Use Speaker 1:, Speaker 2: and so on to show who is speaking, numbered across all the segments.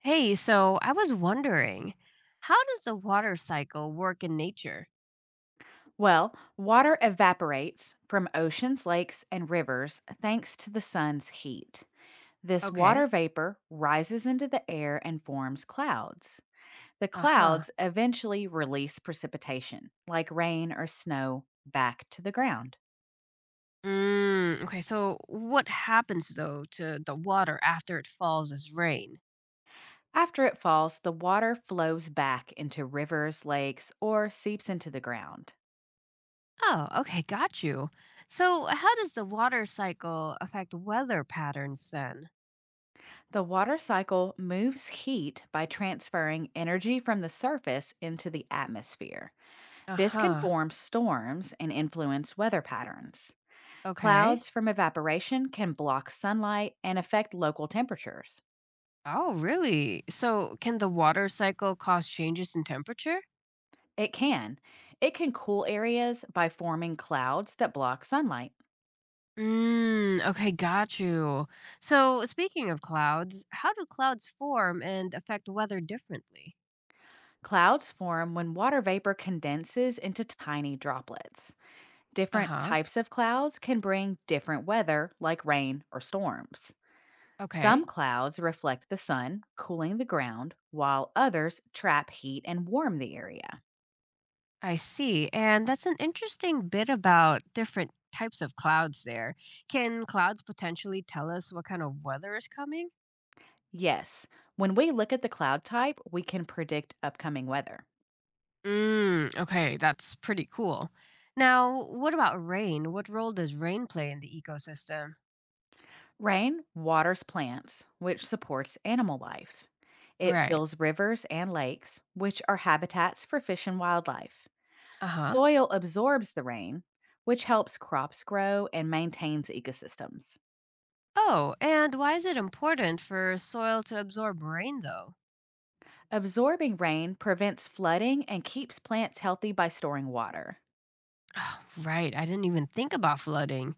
Speaker 1: Hey, so I was wondering, how does the water cycle work in nature?
Speaker 2: Well, water evaporates from oceans, lakes, and rivers thanks to the sun's heat. This water
Speaker 1: Okay.
Speaker 2: vapor rises into the air and forms clouds. The
Speaker 1: Uh-huh.
Speaker 2: clouds eventually release precipitation, like rain or snow, back to the ground.
Speaker 1: Mm, okay, so what happens though to the water after it falls as rain?
Speaker 2: After it falls, the water flows back into rivers, lakes, or seeps into the ground.
Speaker 1: Oh, okay, got you. So how does the water cycle affect weather patterns then?
Speaker 2: The water cycle moves heat by transferring energy from the surface into the atmosphere. This can
Speaker 1: Uh-huh.
Speaker 2: form storms and influence weather patterns.
Speaker 1: Okay.
Speaker 2: Clouds from evaporation can block sunlight and affect local temperatures.
Speaker 1: Oh, really? So can the water cycle cause changes in temperature?
Speaker 2: It can. It can cool areas by forming clouds that block sunlight.
Speaker 1: Mm, okay, got you. So, speaking of clouds, how do clouds form and affect weather differently?
Speaker 2: Clouds form when water vapor condenses into tiny droplets.
Speaker 1: Uh
Speaker 2: Different
Speaker 1: huh.
Speaker 2: types of clouds can bring different weather, like rain or storms.
Speaker 1: Okay,
Speaker 2: Some clouds reflect the sun, cooling the ground, while others trap heat and warm the area.
Speaker 1: I see. And that's an interesting bit about different types of clouds there. Can clouds potentially tell us what kind of weather is coming?
Speaker 2: Yes, when we look at the cloud type, we can predict upcoming weather.
Speaker 1: Mm, okay, that's pretty cool. Now, what about rain? What role does rain play in the ecosystem?
Speaker 2: Rain waters plants, which supports animal life. It
Speaker 1: Right.
Speaker 2: fills rivers and lakes, which are habitats for fish and wildlife.
Speaker 1: Uh huh.
Speaker 2: Soil absorbs the rain, which helps crops grow and maintains ecosystems.
Speaker 1: Oh, and why is it important for soil to absorb rain, though?
Speaker 2: Absorbing rain prevents flooding and keeps plants healthy by storing water.
Speaker 1: Oh, right. I didn't even think about flooding.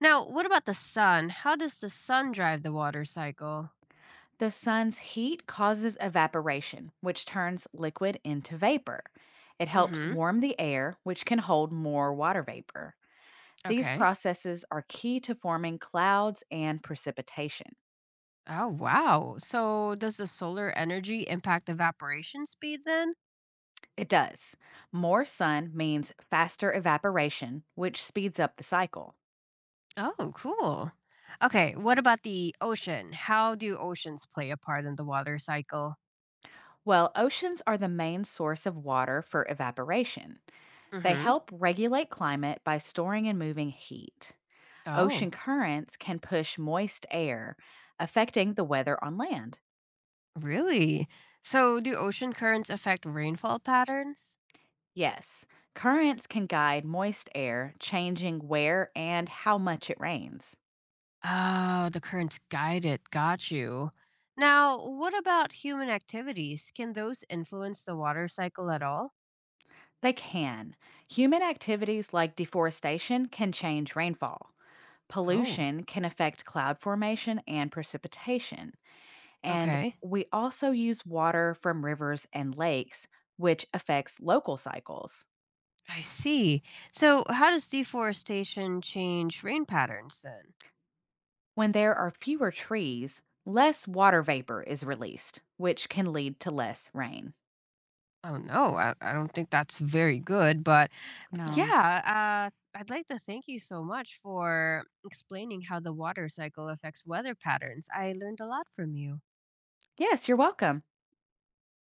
Speaker 1: Now, what about the sun? How does the sun drive the water cycle?
Speaker 2: The sun's heat causes evaporation, which turns liquid into vapor. It helps
Speaker 1: Mhm.
Speaker 2: warm the air, which can hold more water vapor. These
Speaker 1: Okay.
Speaker 2: processes are key to forming clouds and precipitation.
Speaker 1: Oh, wow. So, does the solar energy impact evaporation speed then?
Speaker 2: It does. More sun means faster evaporation, which speeds up the cycle.
Speaker 1: Oh, cool. Okay, what about the ocean? How do oceans play a part in the water cycle?
Speaker 2: Well, oceans are the main source of water for evaporation. They
Speaker 1: Mhm.
Speaker 2: help regulate climate by storing and moving heat.
Speaker 1: Oh,
Speaker 2: Ocean currents can push moist air, affecting the weather on land.
Speaker 1: really? So, do ocean currents affect rainfall patterns?
Speaker 2: Yes, currents can guide moist air, changing where and how much it rains.
Speaker 1: Oh, the currents guide it. Got you. Now, what about human activities? Can those influence the water cycle at all?
Speaker 2: They can. Human activities like deforestation can change rainfall.
Speaker 1: Oh,
Speaker 2: Pollution can affect cloud formation and precipitation. And
Speaker 1: okay.
Speaker 2: we also use water from rivers and lakes, which affects local cycles.
Speaker 1: I see. So, how does deforestation change rain patterns then?
Speaker 2: When there are fewer trees, less water vapor is released, which can lead to less rain.
Speaker 1: Oh, no, I don't think that's very good, but
Speaker 2: No.
Speaker 1: yeah, I'd like to thank you so much for explaining how the water cycle affects weather patterns. I learned a lot from you.
Speaker 2: Yes, you're welcome.